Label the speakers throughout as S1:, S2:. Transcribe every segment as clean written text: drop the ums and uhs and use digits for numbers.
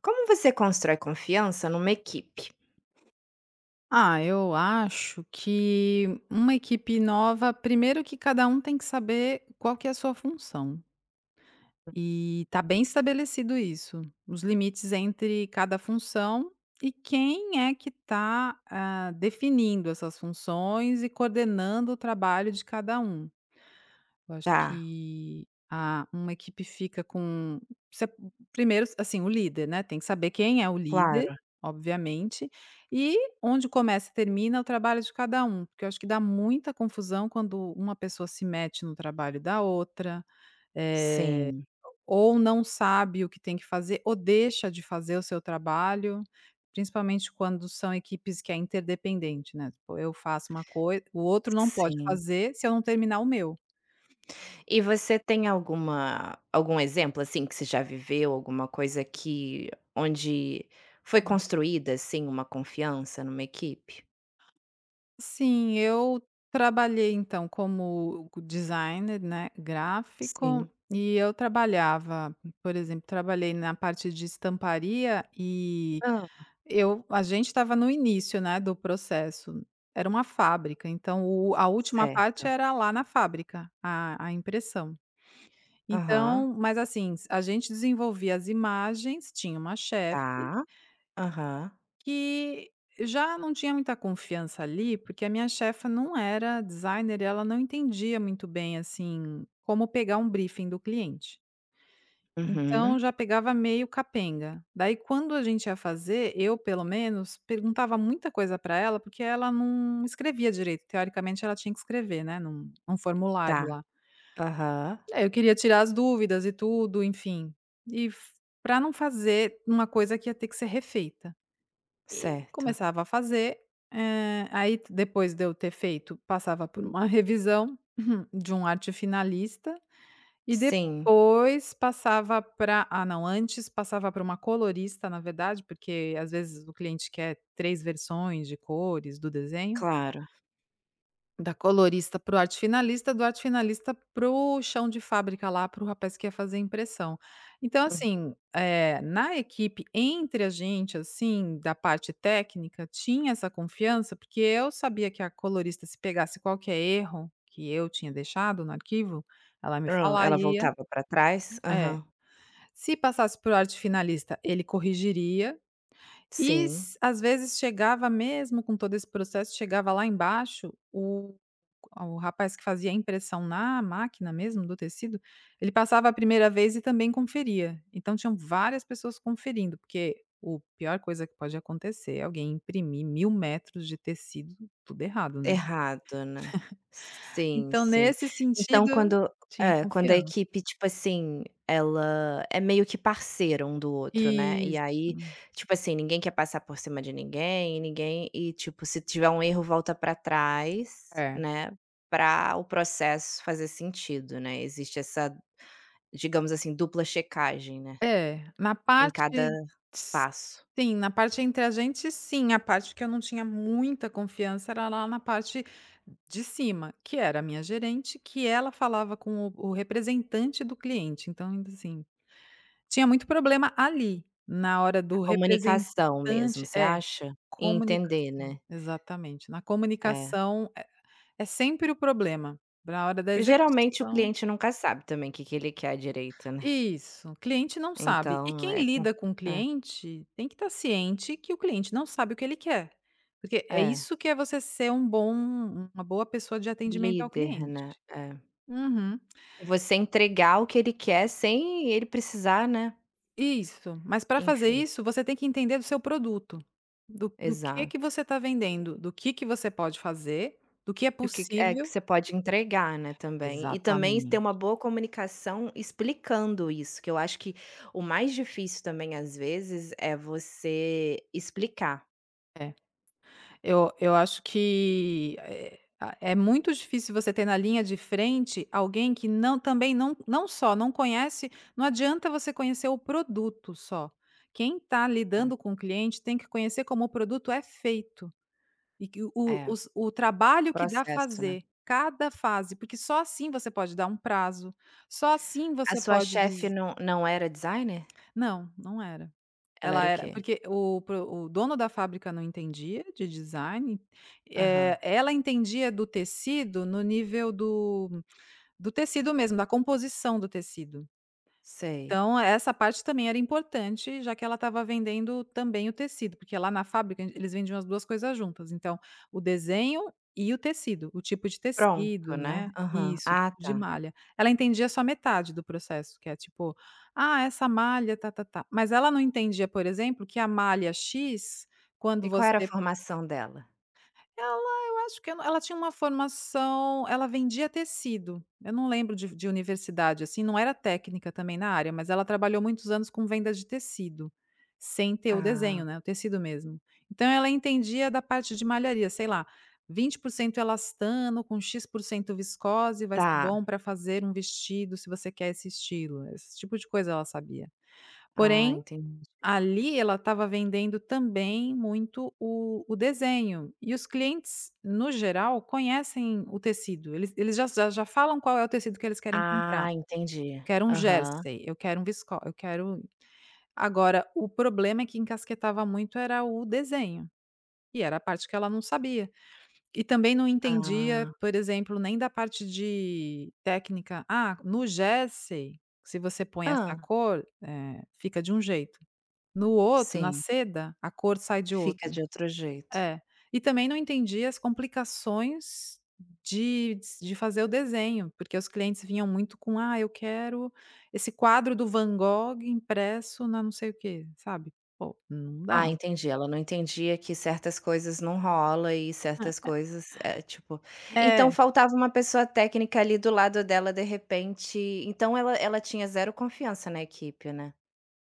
S1: Como você constrói confiança numa equipe?
S2: Ah, eu acho que uma equipe nova, primeiro que cada um tem que saber qual que é a sua função. E tá bem estabelecido isso, os limites entre cada função e quem é que está definindo essas funções e coordenando o trabalho de cada um. Eu acho
S1: Tá,
S2: que a uma equipe fica com você primeiro, assim, o líder, né, tem que saber quem é o líder,
S1: claro.
S2: obviamente, e onde começa e termina é o trabalho de cada um, porque eu acho que dá muita confusão quando uma pessoa se mete no trabalho da outra,
S1: Sim,
S2: ou não sabe o que tem que fazer, ou deixa de fazer o seu trabalho, principalmente quando são equipes que é interdependente, né, tipo eu faço uma coisa, o outro não pode
S1: sim.
S2: fazer se eu não terminar o meu.
S1: E você tem algum exemplo, assim, que você já viveu, alguma coisa que onde foi construída, assim, uma confiança numa equipe?
S2: Sim, eu trabalhei então como designer, né, gráfico,
S1: Sim.
S2: e eu trabalhava, por exemplo, trabalhei na parte de estamparia e
S1: Hã,
S2: eu a gente estava no início, né, do processo. Era uma fábrica, então o a última parte
S1: certo.
S2: era lá na fábrica, a impressão.
S1: Aham.
S2: Então, mas assim, a gente desenvolvia as imagens, tinha uma chefe
S1: Tá. Aham.
S2: que já não tinha muita confiança ali, porque a minha chefa não era designer e ela não entendia muito bem, assim, como pegar um briefing do cliente. Então
S1: Uhum.
S2: já pegava meio capenga. Daí quando a gente ia fazer, eu pelo menos perguntava muita coisa para ela, porque ela não escrevia direito. Teoricamente ela tinha que escrever, né, num
S1: Tá.
S2: formulário lá.
S1: Aham.
S2: Aí eu queria tirar as dúvidas e tudo, enfim. E para não fazer uma coisa que ia ter que ser refeita. E
S1: Certo.
S2: começava a fazer, aí depois de eu ter feito, passava por uma revisão de um arte finalista e
S1: Sim,
S2: depois passava para, ah, não, antes passava para uma colorista, na verdade, porque às vezes o cliente quer 3 versões de cores do desenho.
S1: claro.
S2: Da colorista para o arte finalista, do arte finalista para o chão de fábrica lá, para o rapaz que ia fazer a impressão. Então
S1: Hum.
S2: assim, na equipe, entre a gente, assim, da parte técnica, tinha essa confiança, porque eu sabia que a colorista, se pegasse qualquer erro que eu tinha deixado no arquivo, ela me
S1: Hã, ela
S2: falaria.
S1: voltava pra trás?
S2: É.
S1: Aham.
S2: Se passasse para o arte finalista, ele corrigiria e
S1: Sim.
S2: s às vezes chegava mesmo com todo esse processo, chegava lá embaixo, o rapaz que fazia a impressão na máquina mesmo do tecido, ele passava a primeira vez e também conferia. Então tinham várias pessoas conferindo, porque o pior coisa que pode acontecer é alguém imprimir 1000 metros de tecido tudo errado, né.
S1: Errado, né. Sim,
S2: Então
S1: sim.
S2: nesse
S1: Então
S2: sentido,
S1: quando
S2: tinha
S1: é, quando a
S2: confiança.
S1: equipe, tipo assim, ela é meio que parceira um do outro, né, e
S2: Isso.
S1: aí, tipo assim, ninguém quer passar por cima de ninguém, ninguém e tipo, se tiver um erro volta pra trás,
S2: É.
S1: né, pra o processo fazer sentido, né, existe essa, digamos assim, dupla checagem, né,
S2: É, na
S1: em cada
S2: parte
S1: passo.
S2: sim, na parte entre a gente sim, a parte que eu não tinha muita confiança era lá na parte de cima, que era a minha gerente, que ela falava com o representante do cliente, então ainda assim, tinha muito problema ali, na hora
S1: A
S2: do
S1: comunicação mesmo,
S2: representante
S1: você
S2: é,
S1: acha? E entender,
S2: comunicação,
S1: né.
S2: exatamente, na
S1: É.
S2: comunicação é sempre o problema, na hora da
S1: Geralmente o
S2: execução.
S1: cliente nunca sabe também o que que ele quer direito, né.
S2: Isso, cliente não sabe. E
S1: Então
S2: quem
S1: é com
S2: lida com o
S1: é,
S2: cliente tem que estar ciente que o cliente não sabe o que ele quer, porque é
S1: é,
S2: isso que é você ser uma boa pessoa de atendimento ao
S1: líder,
S2: cliente.
S1: né, é.
S2: Uhum,
S1: E você entregar o que ele quer sem ele precisar, né,
S2: isso. Mas para fazer
S1: enfim,
S2: isso, você tem que entender do seu produto, do que
S1: exato.
S2: você está vendendo, do que você pode fazer, do que é
S1: E o que é que
S2: possível.
S1: você pode entregar, né, também. E também ter uma
S2: Exatamente.
S1: boa comunicação explicando isso, que eu acho que o mais difícil também às vezes é você explicar,
S2: É. Eu acho que, a é muito difícil você ter na linha de frente alguém que não também não não só não conhece, não adianta você conhecer o produto só. Quem está
S1: né.
S2: lidando com o cliente tem que conhecer como o produto é feito e que o-
S1: É,
S2: os o trabalho que dá
S1: processo, né.
S2: fazer, cada fase, porque só assim você pode dar um prazo, só assim
S1: A
S2: você
S1: sua
S2: pode
S1: chefe
S2: dizer.
S1: não era designer?
S2: Não, não era.
S1: Ela
S2: Ela
S1: era o
S2: era
S1: quê?
S2: porque o dono da fábrica não entendia de design,
S1: Aham.
S2: ela entendia do tecido no nível do tecido mesmo, da composição do tecido.
S1: Sei.
S2: Então, essa parte também era importante, já que ela estava vendendo também o tecido, porque lá na fábrica eles vendiam as 2 coisas juntas, então, o desenho e o tecido, o tipo de
S1: Pronto,
S2: tecido,
S1: né.
S2: né,
S1: Aham.
S2: isso, o
S1: Ah,
S2: tipo de
S1: tá.
S2: malha. Ela entendia só metade do processo, que é tipo: "Ah, essa malha tá, tá, tá". Mas ela não entendia, por exemplo, que a malha X, quando
S1: E qual era a
S2: você
S1: formação dela?
S2: ela, eu acho que, eu não ela tinha uma formação, ela vendia tecido. Eu não lembro de universidade, assim, não era técnica também na área, mas ela trabalhou muitos anos com venda de tecido, sem ter o
S1: Ah,
S2: desenho, né, o tecido mesmo. Então ela entendia da parte de malharia, sei lá, 20% elastano com X% viscose vai ser
S1: tá.
S2: bom para fazer um vestido se você quer esse estilo, esse tipo de coisa ela sabia.
S1: Ah,
S2: Porém,
S1: entendi.
S2: ali ela estava vendendo também muito o desenho, e os clientes, no geral, conhecem o tecido, eles já falam qual é o tecido que eles querem comprar.
S1: Ah, entendi.
S2: "Eu quero um
S1: Aham.
S2: jersey, eu quero um visco, eu quero..." Agora o problema é que encasquetava muito era o desenho, e era a parte que ela não sabia. E também não entendia,
S1: Ah.
S2: por exemplo, nem da parte de técnica: "Ah, no jersey, se você põe essa
S1: Ah,
S2: cor, fica de um jeito". No outro, na
S1: sim.
S2: seda, a cor sai de
S1: Fica
S2: outro.
S1: de outro jeito.
S2: É. E também não entendi as complicações de de fazer o desenho, porque os clientes vinham muito com: "Ah, eu quero esse quadro do Van Gogh impresso na não sei o quê", sabe. Pô, não dá.
S1: Ah, entendi. Ela não entendia que certas coisas não rola e certas coisas, é tipo
S2: É.
S1: então
S2: É.
S1: faltava uma pessoa técnica ali do lado dela de repente então ela tinha zero confiança na equipe, né?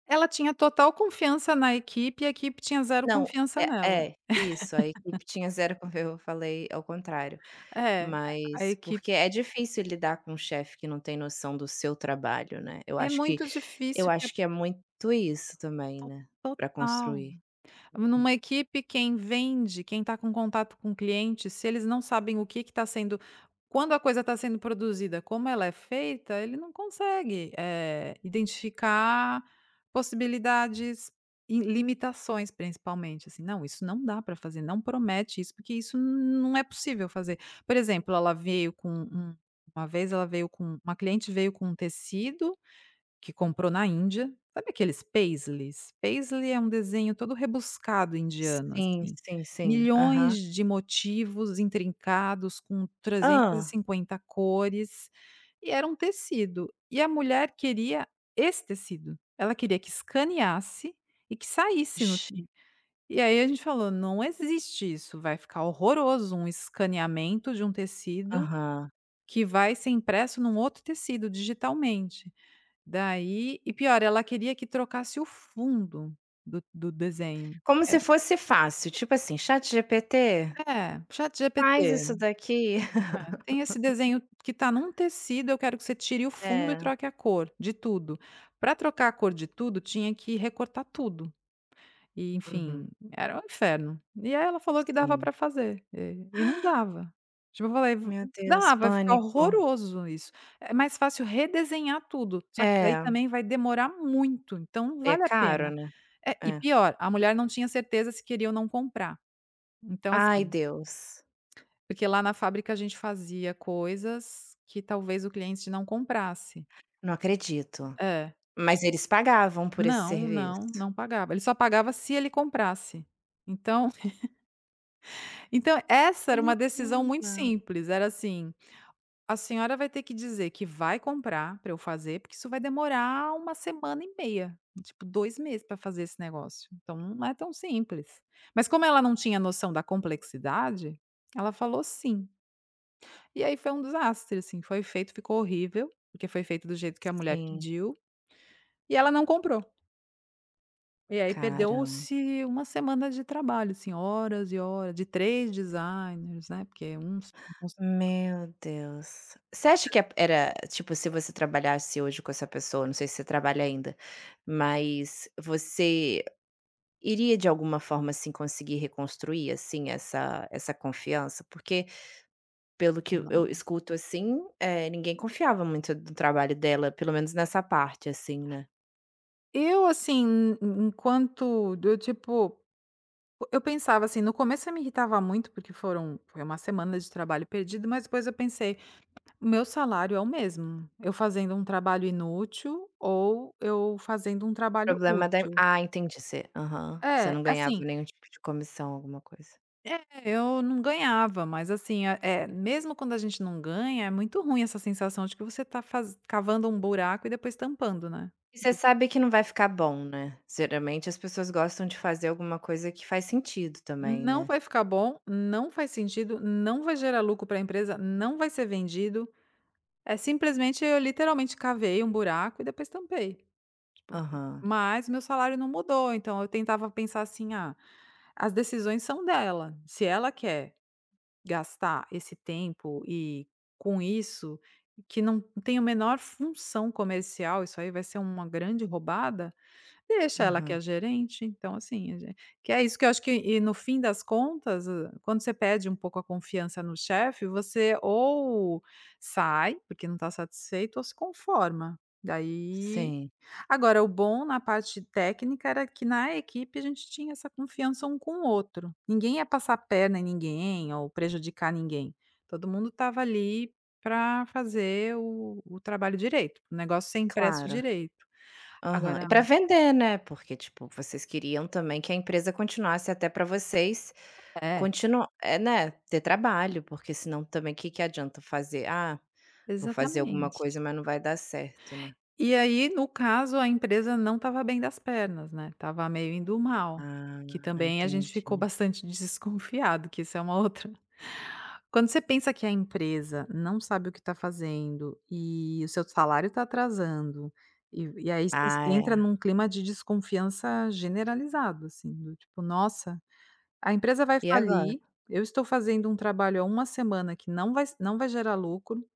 S2: Ela tinha total confiança na equipe e a equipe tinha zero
S1: Não,
S2: confiança nela.
S1: é é, isso, a equipe tinha zero con eu falei ao contrário,
S2: É, a
S1: mas porque
S2: equipe
S1: é difícil lidar com um chefe que não tem noção do seu trabalho, né,
S2: é muito
S1: eu
S2: difícil, que é
S1: acho que é muito isso também,
S2: to
S1: né, para
S2: total.
S1: construir. Hum.
S2: Numa equipe, quem vende, quem está com contato com o cliente, se eles não sabem o que está sendo, quando a coisa está sendo produzida, como ela é feita, ele não consegue, identificar possibilidades e limitações, principalmente, assim: "Não, isso não dá para fazer, não promete isso, porque isso não é possível fazer". Por exemplo, ela veio com um uma vez ela veio com uma cliente, veio com um tecido que comprou na Índia. Sabe aqueles paisleys? Paisley é um desenho todo rebuscado indiano,
S1: Sim,
S2: assim.
S1: sim, sim.
S2: Milhões
S1: Aham.
S2: de motivos intrincados com trezentas e
S1: Hã.
S2: cinquenta cores, e era um tecido. E a mulher queria esse tecido. Ela queria que escaneasse e que saísse no...
S1: Gen
S2: E aí a gente falou: "Não existe isso, vai ficar horroroso um escaneamento de um tecido
S1: aham.
S2: que vai ser impresso num outro tecido digitalmente". Daí e pior, ela queria que trocasse o fundo do desenho.
S1: Como se
S2: É
S1: fosse fácil, tipo assim: "ChatGPT,
S2: é,
S1: faz isso
S2: ChatGPT,
S1: daqui".
S2: "Ah, tem esse desenho que tá num tecido, eu quero que você tire o fundo e
S1: É.
S2: troque a cor de tudo". Para trocar a cor de tudo, tinha que recortar tudo. E enfim,
S1: Uhum.
S2: era um inferno. E aí ela falou que dava
S1: Sim.
S2: para fazer, e não dava. Tipo, eu falei: "V-..."
S1: Meu Deus,
S2: "Dá, vai ficar
S1: pânico.
S2: horroroso isso". É mais fácil redesenhar tudo, só que daí
S1: É.
S2: também vai demorar muito, então não
S1: É
S2: vale a
S1: caro,
S2: pena.
S1: né.
S2: É, e
S1: É.
S2: pior, a mulher não tinha certeza se queria ou não comprar. Então,
S1: Ai,
S2: assim,
S1: Deus,
S2: porque lá na fábrica a gente fazia coisas que talvez o cliente não comprasse.
S1: não acredito.
S2: É.
S1: Mas eles pagavam por esse
S2: Não, não,
S1: serviço?
S2: não pagava. Ele só pagava se ele comprasse. Então então essa
S1: Que
S2: era uma decisão muito
S1: loucura.
S2: simples, era assim: "A senhora vai ter que dizer que vai comprar para eu fazer, porque isso vai demorar uma semana e meia, tipo 2 meses para fazer esse negócio, então não é tão simples". Mas como ela não tinha noção da complexidade, ela falou "sim". E aí foi um desastre, assim, foi feito, ficou horrível, porque foi feito do jeito que a mulher
S1: Sim,
S2: pediu, e ela não comprou. E aí
S1: caramba.
S2: perdeu-se uma semana de trabalho, assim, horas e horas, de 3 designers, né, porque um só não cons...
S1: Meu Deus. Você acha que é era tipo, se você trabalhasse hoje com essa pessoa, não sei se você trabalha ainda, mas você iria de alguma forma, assim, conseguir reconstruir, assim, essa confiança? Porque Pelo que eu
S2: Não.
S1: escuto, assim, ninguém confiava muito do trabalho dela, pelo menos nessa parte, assim, né.
S2: Eu, assim, en enquanto eu, tipo... eu pensava assim, no começo eu me irritava muito, porque foram foi uma semana de trabalho perdido, mas depois eu pensei: "O meu salário é o mesmo, eu fazendo um trabalho inútil ou eu fazendo um trabalho
S1: Problema da
S2: útil".
S1: ah, entendi, você aham. Você
S2: É,
S1: não ganhava
S2: assim,
S1: nenhum tipo de comissão, alguma coisa.
S2: é, eu não ganhava, mas assim, a mesmo quando a gente não ganha, é muito ruim essa sensação de que você tá faz cavando um buraco e depois tampando, né.
S1: E você sabe que não vai ficar bom, né. Geralmente as pessoas gostam de fazer alguma coisa que faz sentido também,
S2: Não
S1: né.
S2: vai ficar bom, não faz sentido, não vai gerar lucro para a empresa, não vai ser vendido. É, simplesmente eu literalmente cavei um buraco e depois tampei. Tipo,
S1: Aham,
S2: mas meu salário não mudou, então eu tentava pensar assim: "Ah, as decisões são dela, se ela quer gastar esse tempo e com isso, que não tem a menor função comercial, isso aí vai ser uma grande roubada." Deixa ela que é
S1: aham.
S2: a gerente, então assim, a gen que é isso que eu acho que e no fim das contas, quando você pede um pouco a confiança no chefe, você ou sai, porque não está satisfeito, ou se conforma. Daí
S1: Sim,
S2: agora o bom na parte técnica era que na equipe a gente tinha essa confiança um com o outro. Ninguém ia passar a perna em ninguém ou prejudicar ninguém. Todo mundo estava ali para fazer o trabalho direito, o negócio ser impresso
S1: claro.
S2: direito.
S1: Aham. E
S2: Agora
S1: para vender, né, porque, tipo, vocês queriam também que a empresa continuasse até para vocês
S2: é.
S1: continuar, é, né, ter trabalho, porque senão também o que que adianta fazer: "Ah, vou fazer alguma
S2: Exatamente.
S1: coisa, mas não vai dar certo", né.
S2: E aí, no caso, a empresa não estava bem das pernas, né, tava meio indo mal, que
S1: Ah,
S2: também a gente ficou
S1: entendi.
S2: bastante desconfiado, que isso é uma outra quando você pensa que a empresa não sabe o que está fazendo e o seu salário está atrasando, e aí você
S1: Ah,
S2: entra
S1: é.
S2: num clima de desconfiança generalizado, assim, do tipo: "Nossa, a empresa vai
S1: E agora?
S2: falir, eu estou fazendo um trabalho há uma semana que não vai gerar lucro".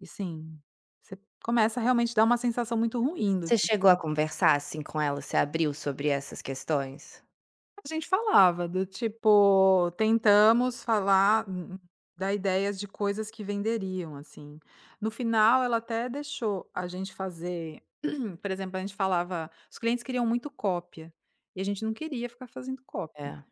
S2: E sim, você começa a realmente dar uma sensação muito ruim do
S1: Você
S2: tipo
S1: chegou a conversar, assim, com ela? Você abriu sobre essas questões?
S2: a gente falava do tipo, tentamos falar dar ideias de coisas que venderiam, assim. No final ela até deixou a gente fazer, por exemplo, a gente falava os clientes queriam muito cópia, e a gente não queria ficar fazendo cópia.
S1: É,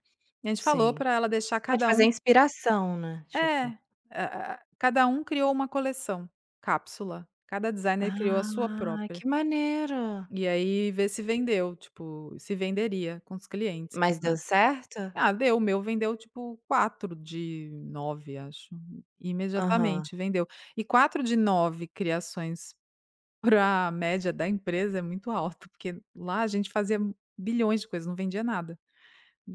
S2: E a gente falou
S1: sim.
S2: para ela deixar
S1: Pode
S2: cada
S1: fazer
S2: um,
S1: inspiração, né, tipo.
S2: é, a cada um criou uma coleção, cápsula, cada designer criou a sua
S1: Ah, que
S2: própria.
S1: maneiro.
S2: E aí ver se vendeu, tipo, se venderia com os clientes,
S1: Mas deu
S2: né.
S1: certo?
S2: Ah, deu, o meu vendeu tipo 4 de 9 acho,
S1: Aham.
S2: imediatamente vendeu. E 4 de 9 criações para a média da empresa é muito alto, porque lá a gente fazia bilhões de coisas, não vendia nada.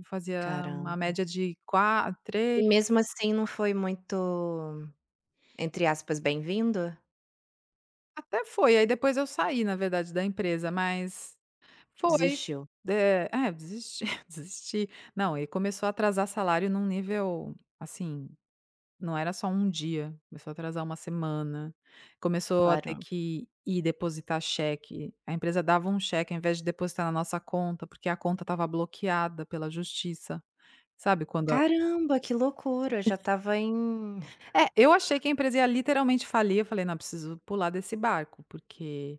S2: Fazia uma
S1: Caramba.
S2: média de quatro três
S1: E mesmo assim não foi muito, entre aspas, "bem-vindo"?
S2: até foi, aí depois eu saí na verdade da empresa, mas foi.
S1: Desistiu?
S2: É, desisti, desisti. Não, e começou a atrasar salário num nível, assim, não era só um dia, começou a atrasar uma semana, começou a ter
S1: Claro.
S2: que ir depositar cheque, a empresa dava um cheque ao invés de depositar na nossa conta, porque a conta estava bloqueada pela justiça. Sabe quando
S1: Caramba, que loucura, já estava
S2: é, eu achei que a empresa ia literalmente falir, eu falei: "Não, preciso pular desse barco", porque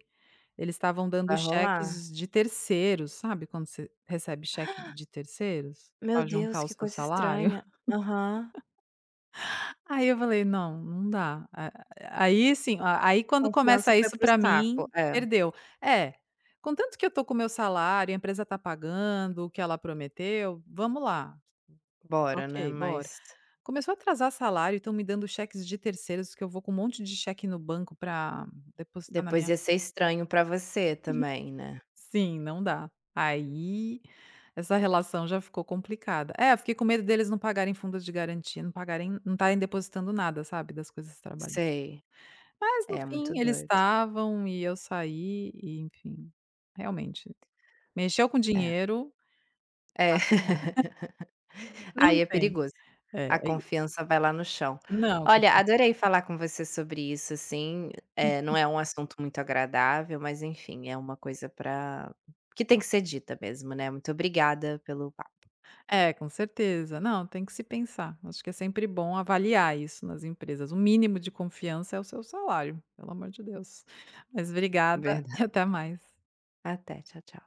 S2: eles estavam dando
S1: vai rolar?
S2: cheques de terceiros, sabe quando você recebe cheque de terceiros
S1: Meu
S2: para juntar
S1: Deus,
S2: o
S1: que
S2: seu
S1: coisa
S2: salário?
S1: estranha. Aham.
S2: Aí eu falei: "Não, não dá". A Aí sim, a aí quando
S1: Confiança
S2: começa
S1: foi
S2: isso
S1: pro
S2: para mim,
S1: saco. É,
S2: perdeu. É, contanto que eu tô com o meu salário, a empresa tá pagando o que ela prometeu, vamos lá.
S1: bora, né,
S2: Ok, bora.
S1: mas
S2: Começou a atrasar salário e estão me dando cheques de terceiros que eu vou com um monte de cheque no banco para depositar na
S1: depois
S2: minha.
S1: ia ser estranho para você também, né.
S2: Sim, não dá. Aí, essa relação já ficou complicada. É, eu fiquei com medo deles não pagarem fundo de garantia, não pagarem não estarem depositando nada, sabe, das coisas do trabalho.
S1: Sei.
S2: Mas no
S1: É muito
S2: fim eles
S1: doido.
S2: estavam e eu saí e enfim, realmente, mexeu com
S1: É.
S2: dinheiro,
S1: É.
S2: não
S1: Aí é
S2: tem.
S1: perigoso.
S2: É,
S1: A confiança vai lá no chão.
S2: não.
S1: Olha, adorei falar com você sobre isso, assim, não é um assunto muito agradável, mas enfim, é uma coisa para que tem que ser dita mesmo, né. Muito obrigada pelo papo.
S2: É, com certeza. Não, tem que se pensar. Acho que é sempre bom avaliar isso nas empresas. O mínimo de confiança é o seu salário, pelo amor de Deus. Mas obrigada e
S1: Verdade.
S2: até mais.
S1: Até, tchau, tchau.